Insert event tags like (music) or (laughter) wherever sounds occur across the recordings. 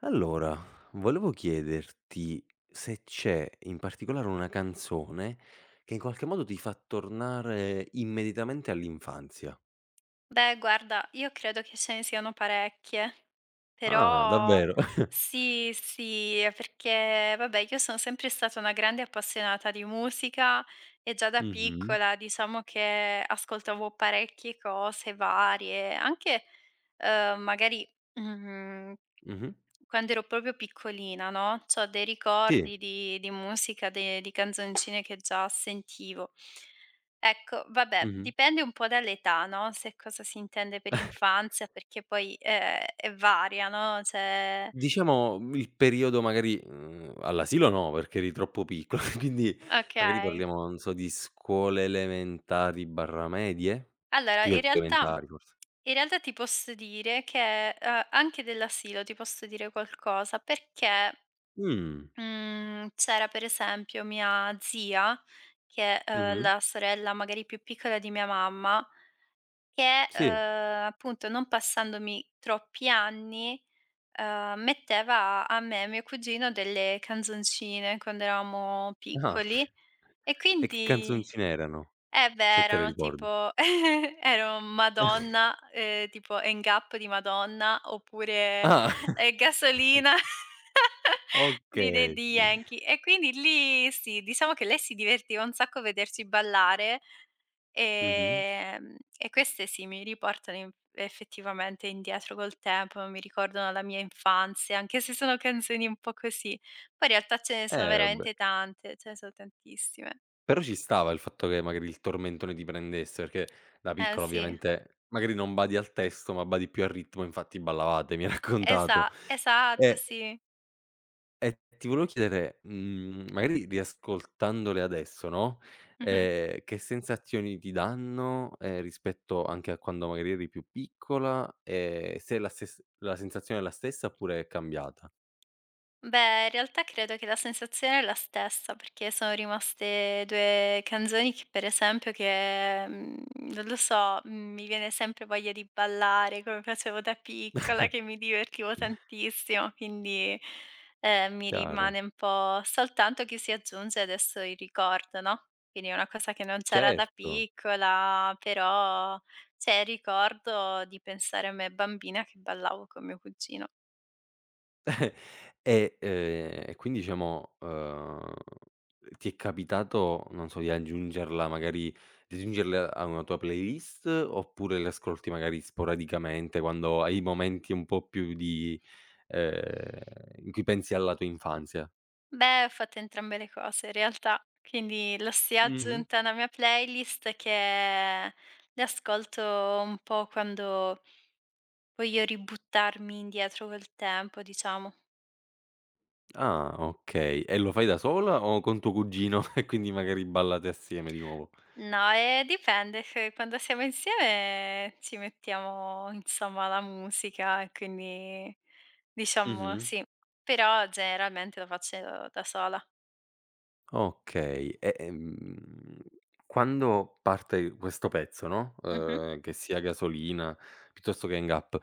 Allora, volevo chiederti se c'è in particolare una canzone che in qualche modo ti fa tornare immediatamente all'infanzia. Beh, guarda, io credo che ce ne siano parecchie, Ah, però davvero? (laughs) sì, sì, è perché vabbè, io sono sempre stata una grande appassionata di musica e già da Mh-mh. piccola diciamo che ascoltavo parecchie cose varie, anche, magari, mhmm Mh-mh. quando ero proprio piccolina, no, c'ho dei Sì. ricordi di musica, de di canzoncine che già sentivo. Ecco, vabbè, Mh-mh. dipende un po' dall'età, no, se cosa si intende per infanzia, perché poi, è varia, no, cioè, Diciamo, il periodo magari, all'asilo no, perché eri troppo piccola, (laughs) quindi magari okay. parliamo, non so, di scuole elementari/medie? Allora, Più in realtà elementari forse. in realtà ti posso dire che, anche dell'asilo ti posso dire qualcosa, perché Mh. Mhmm, c'era per esempio mia zia, che è, Mh-mh. la sorella magari più piccola di mia mamma, che, Sì. appunto non passandomi troppi anni, metteva a me e mio cugino delle canzoncine quando eravamo Ah. piccoli e E che quindi canzoncine erano? eh Se beh, te le erano ricordi. tipo (laughs) ero Madonna, tipo NGAP di Madonna, oppure, Ah, (laughs) Gasolina (laughs) di dei okay. di Yankee. E quindi lì sì, diciamo che lei si divertiva un sacco a vederci ballare, Mh-mh. E queste sì, mi riportano in effettivamente indietro col tempo, mi ricordano la mia infanzia, anche se sono canzoni un po' così. Poi in realtà ce ne sono Vabbè. veramente tante, ce ne sono tantissime. Però ci stava il fatto che magari il tormentone ti prendesse, perché da Eh piccola sì. ovviamente magari non badi al testo, ma badi più al ritmo, infatti ballavate, mi hai raccontato. Esatto, E sì. e ti volevo chiedere, magari riascoltandole adesso, no, Mh-mh. Che sensazioni ti danno, rispetto anche a quando magari eri più piccola, e se la sensazione è la stessa oppure è cambiata? Beh, in realtà credo che la sensazione è la stessa, perché sono rimaste 2 canzoni che per esempio che, non lo so, mi viene sempre voglia di ballare come facevo da piccola, che (laughs) mi divertivo tantissimo, quindi, mi Chiaro, rimane un po' soltanto che si aggiunge adesso il ricordo, no, quindi è una cosa che non c'era da certo. piccola, però c'è il ricordo di pensare a me bambina che ballavo con mio cugino. E quindi diciamo, ti è capitato, non so, di aggiungerla magari di aggiungerla a una tua playlist, oppure le ascolti magari sporadicamente quando hai momenti un po' più di ehm, in cui pensi alla tua infanzia? Beh, ho fatto entrambe le cose in realtà, quindi l'ho sia Mh-mh. aggiunta alla mia playlist che le ascolto un po' quando voglio ributtarmi indietro col tempo, diciamo. Ah, okay. E lo fai da sola o con tuo cugino (laughs) e quindi magari ballate assieme di nuovo? No, dipende, se quando siamo insieme ci mettiamo insomma la musica e quindi diciamo Mh-mh. sì, però generalmente lo faccio da sola. Okay. E, quando parte questo pezzo, no, Mh-mh. Che sia gasolina piuttosto che hang-up,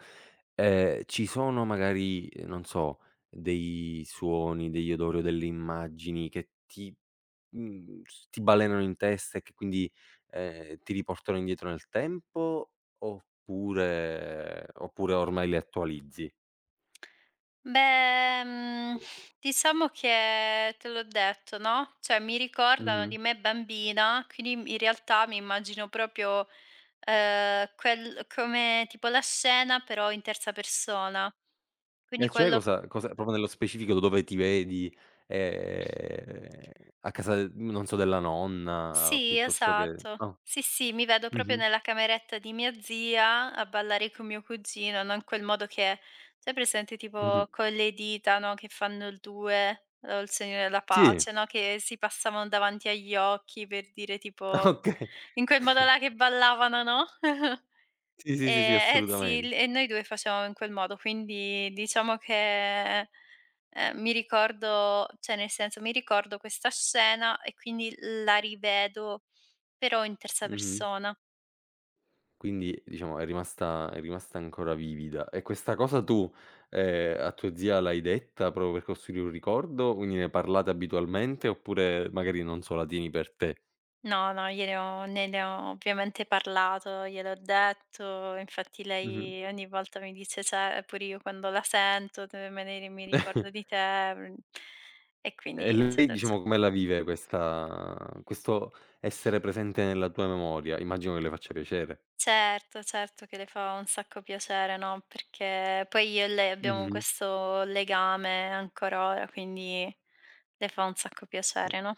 ci sono magari, non so, dei suoni, degli odori o delle immagini che ti mhmm, s ti balenano in testa e che quindi, ti riportano indietro nel tempo oppure ormai li attualizzi? Beh, diciamo che te l'ho detto, no, cioè mi ricordano Mh-mh. di me bambina, quindi m in realtà mi immagino proprio, quel come tipo la scena però in terza persona. Quindi E quello. Cosa proprio nello specifico dove ti vedi? Ehm, A casa, non so, della nonna Sì, piuttosto che esatto. ah, Sì, sì, mi vedo proprio mh-mh, nella cameretta di mia zia a ballare con mio cugino, no, in quel modo che c'è presente mh-mh. tipo con le dita, no, che fanno il 2 o il segno della Sì, (laughs) pace, no, che si passavano davanti agli occhi per dire ah, tipo okay. in quel modo là che ballavano, no? (laughs) Sì, sì, sì, sì, eh sì, il assolutamente. e noi 2 facevamo in quel modo, quindi diciamo che, mi ricordo cioè nel senso, mi ricordo questa scena e quindi la rivedo, però in terza Mh-mh. persona. Quindi diciamo è rimasta ancora vivida. E questa cosa tu, a tua zia l'hai detta proprio per costruire un ricordo? Quindi ne parlate abitualmente oppure magari, non so, la tieni per te? No, no, gliene ho ne ho ovviamente parlato, gliel'ho detto, infatti Mh-mh. lei ogni volta mi dice: "Cioè, pure io quando la sento te me ne mi ricordo (laughs) di te", mhmm, e E quindi lei eccetera, ecce diciamo come la vive questa questo essere presente nella tua memoria? Immagino che le faccia piacere. Certo, certo che le fa un sacco piacere, no, perché poi io e lei abbiamo Mh-mh. questo legame ancora ora, quindi le fa un sacco Eh, piacere, no?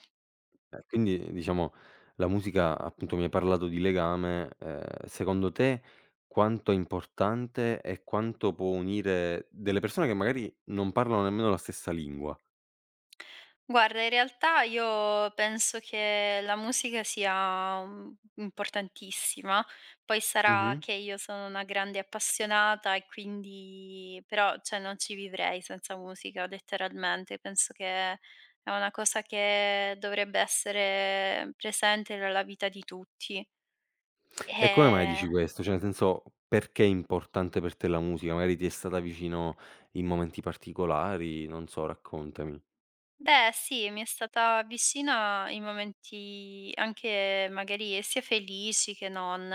quindi diciamo la musica appunto mi hai parlato di legame, secondo te quanto è importante e quanto può unire delle persone che magari non parlano nemmeno la stessa lingua? Guarda, in realtà io penso che la musica sia, importantissima. Poi sarà Mh-mh. che io sono una grande appassionata e quindi però, cioè, non ci vivrei senza musica letteralmente. Penso che è una cosa che dovrebbe essere presente nella vita di tutti. E come mai dici Ehm questo? Cioè nel senso, perché è importante per te la musica? Magari ti è stata vicino in momenti particolari, non so, raccontami. Beh, sì, mi è stata vicina in momenti anche magari sia felici che non,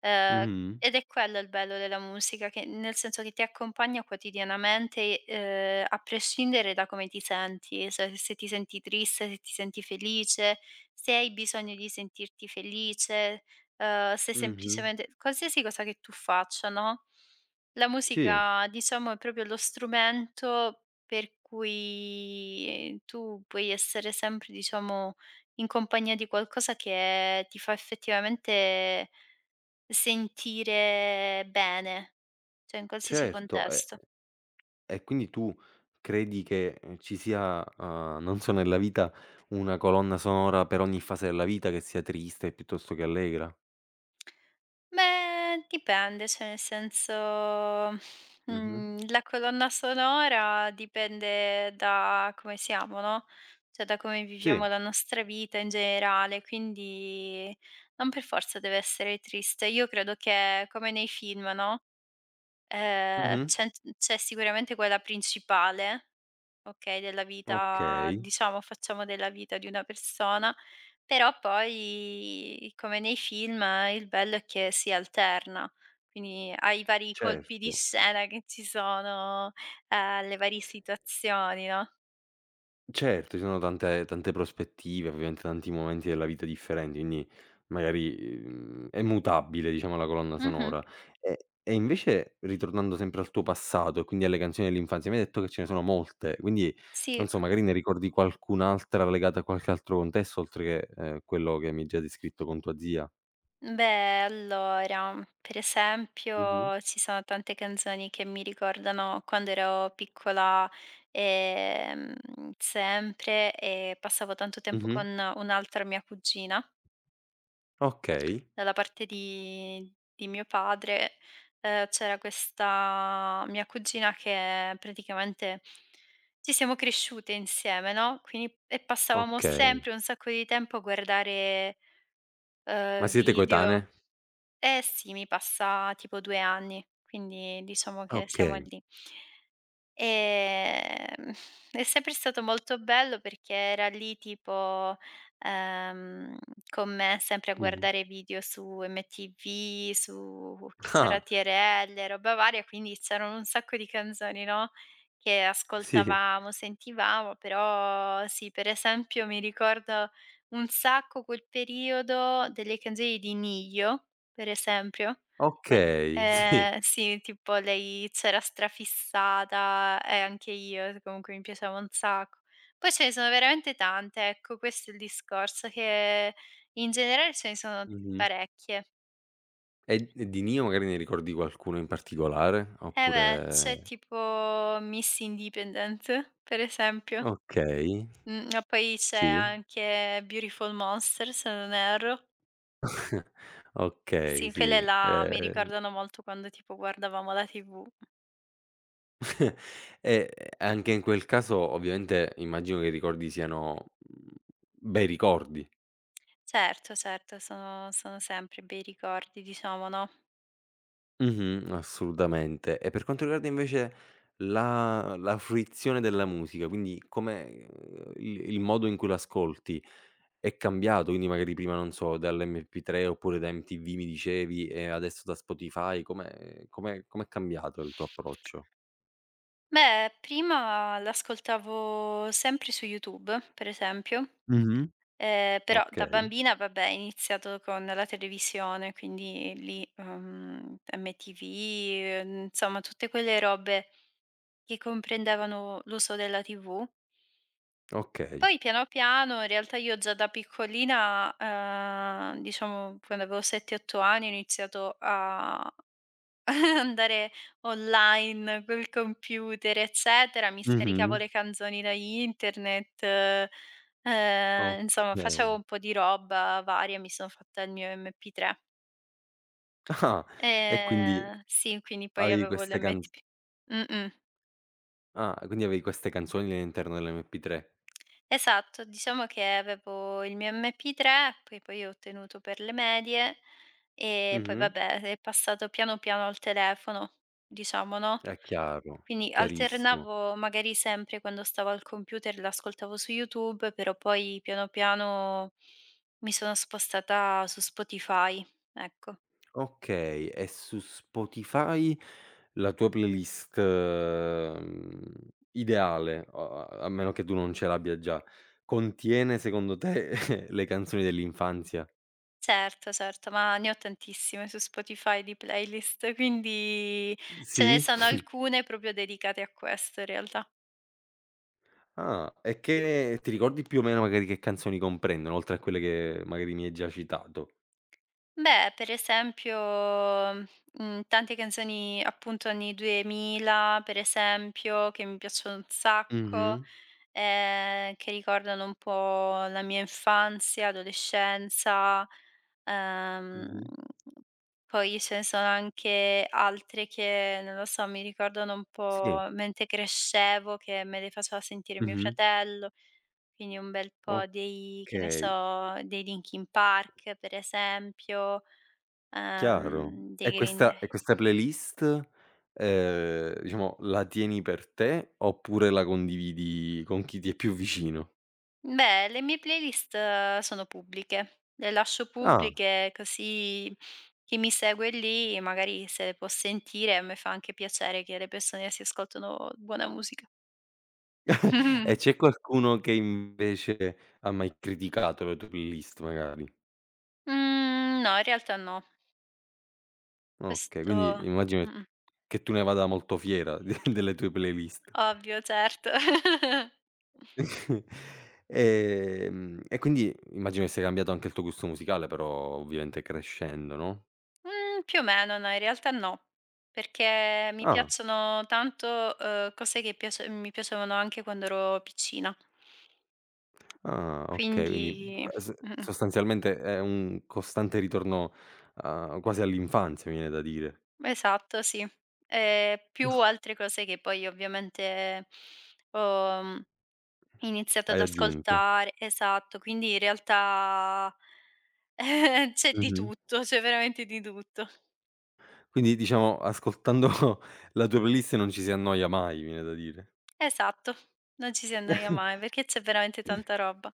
ehm, Mh-mh. ed è quello il bello della musica, che nel senso che ti accompagna quotidianamente, a prescindere da come ti senti, se ti senti triste, se ti senti felice, se hai bisogno di sentirti felice, se Mh-mh. semplicemente qualsiasi cosa che tu faccia, no, la Sì, musica diciamo è proprio lo strumento per cui, tu puoi essere sempre, diciamo, in compagnia di qualcosa che ti fa effettivamente sentire bene, cioè in qualsiasi certo. E contesto. e e quindi tu credi che, ci sia, non so, nella vita una colonna sonora per ogni fase della vita che sia triste piuttosto che allegra? Beh, dipende, cioè nel senso, Mh-mh. mhmm, la colonna sonora dipende da come siamo, no, cioè da come Sì. viviamo la nostra vita in generale, quindi non per forza deve essere triste. Io credo che come nei film, no, Ehm, Mh-mh. c'è c'è sicuramente quella principale, okay, della vita Okay, diciamo facciamo della vita di una persona, però poi come nei film il bello è che si alterna, quindi ai vari colpi di certo. scena che ci sono, alle varie situazioni, no. Certo, ci sono tante prospettive, ovviamente tanti momenti della vita differenti, quindi magari, è mutabile diciamo la colonna Mh-mh, sonora. E e invece ritornando sempre al tuo passato e quindi alle canzoni dell'infanzia, mi hai detto che ce ne sono molte, quindi sì. non so, magari ne ricordi qualcun'altra legata a qualche altro contesto oltre che, quello che mi hai già descritto con tua zia? Beh, allora, per Mh-mh. esempio, ci sono tante canzoni che mi ricordano quando ero piccola, ehm, sempre e passavo tanto tempo Mh-mh. con un'altra mia cugina. Okay, Dalla parte di mio padre, c'era questa mia cugina che praticamente ci siamo cresciute insieme, no, quindi e passavamo okay. sempre un sacco di tempo a guardare, Ma siete video coetanee? eh sì, mi passa tipo 2 anni, quindi diciamo che siamo Okay. lì. Ehm, (laughs) è sempre stato molto bello perché era lì tipo, ehm, con me sempre a Mh-mh. guardare video su MTV, su chi c'era Ah, TRL, roba varia, quindi c'erano un sacco di canzoni, no, che sì. ascoltavamo, sentivamo, però sì, per esempio mi ricordo un sacco quel periodo delle canzoni di Nijo, per esempio. Od Okay, (laughs) sì. Sì, tipo lei c'era strafissata e anche io, comunque mi piaceva un sacco. Poi ce ne sono veramente tante, ecco, questo è il discorso, che in generale ce ne sono Mh-mh. parecchie. E di Nio magari ne ricordi qualcuno in particolare? Eh beh, c'è Oppure tipo Miss Independent, per esempio. okay, E poi c'è sì. anche Beautiful Monster, se non erro. (laughs) Okay, Sì, sì. quelle là mi ricordano molto quando tipo guardavamo la TV. E anche in quel caso ovviamente immagino che i ricordi siano, bei ricordi. Certo, certo, sono sempre bei ricordi diciamo, no? Mh-mh, assolutamente. E per quanto riguarda invece la fruizione della musica, quindi come, il modo in cui l'ascolti, è cambiato, quindi magari prima, non so, dall'MP3 oppure da MTV mi dicevi e adesso da Spotify, com'è cambiato il tuo approccio? Beh, prima l'ascoltavo sempre su YouTube, per esempio, Mh-mh. Però da Okay, bambina vabbè, ho iniziato con la televisione, quindi lì, MTV, insomma tutte quelle robe che comprendevano l'uso della TV. okay. Poi piano piano, in realtà io già da piccolina, diciamo quando avevo 7, 8 anni ho iniziato a (laughs) andare online col computer, eccetera, mi scaricavo Mh-mh. le canzoni da internet, insomma Okay. facevo un po' di roba varia, mi sono fatta il mio MP3. Ah, e quindi Sì, quindi poi avevi avevo queste canz l'MP. Mh-mh. ah, quindi avevi queste canzoni all'interno dell'MP3. Esatto, diciamo che avevo il mio MP3, che poi ho ottenuto per le medie e poi Mh-mh. vabbè è passato piano piano al telefono, diciamo, no, È chiaro, quindi chiarissimo. alternavo magari sempre quando stavo al computer l'ascoltavo su YouTube, però poi piano piano mi sono spostata su Spotify, ecco. Okay, e su Spotify la tua playlist, ideale, o a meno che tu non ce l'abbia già, contiene secondo te (laughs) le canzoni dell'infanzia? Certo, certo, ma ne ho tantissime su Spotify di playlist, quindi ce ne Sì? sono alcune proprio dedicate a questo in realtà. Ah, e che ti ricordi più o meno magari che canzoni comprendono, oltre a quelle che magari mi hai già citato? Beh, per esempio, mhmm, tante canzoni appunto anni 2000, per esempio, che mi piacciono un sacco, Mh-mh, che ricordano un po' la mia infanzia, adolescenza, ehm, mh-mh. poi ce ne sono anche altre che, non lo so, mi ricordano un Sì, po' mentre crescevo, che me le faceva sentire mio mh-mh. fratello, quindi un bel po' dei che ne Okay. so, dei Linkin Park, per esempio, Chiaro. Dei Green Day. E questa playlist, diciamo la tieni per te oppure la condividi con chi ti è più vicino? Beh, le mie playlist sono pubbliche. Le lascio Ah, pubbliche così chi mi segue lì magari se le può sentire, a me fa anche piacere che le persone si ascoltano buona musica. (laughs) e c'è (laughs) qualcuno che invece ha mai criticato le tue playlist magari? Mhmm, no, in realtà no. Okay, quindi Questo immagino Mh-mh, che tu ne vada molto fiera (laughs) de delle tue playlist. ovvio, certo. (laughs) (laughs) E quindi immagino che sia cambiato anche il tuo gusto musicale però ovviamente crescendo, no? Mhmm, più o meno no, in realtà no, perché mi Ah. piacciono tanto, cose che piace mi piacevano anche quando ero piccina. Ah, okay, quindi Quindi s Mh-mh, sostanzialmente è un costante ritorno, quasi all'infanzia, mi viene da dire. esatto, sì. Più altre cose che poi ovviamente ho, iniziato Hai ad aggiunto. ascoltare esatto, quindi in realtà (laughs) c'è di Mh-mh. tutto, c'è veramente di tutto. Quindi diciamo ascoltando (laughs) la tua playlist non ci si annoia mai, mi viene da dire. Esatto, non ci si annoia mai (laughs) perché c'è veramente tanta roba.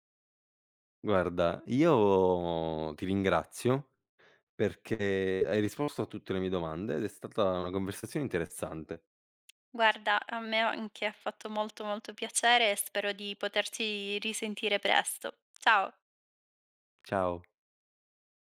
Guarda, io ti ringrazio perché hai risposto a tutte le mie domande ed è stata una conversazione interessante. Guarda, a me anche ha fatto molto, molto piacere e spero di poterci risentire presto. Ciao. Ciao.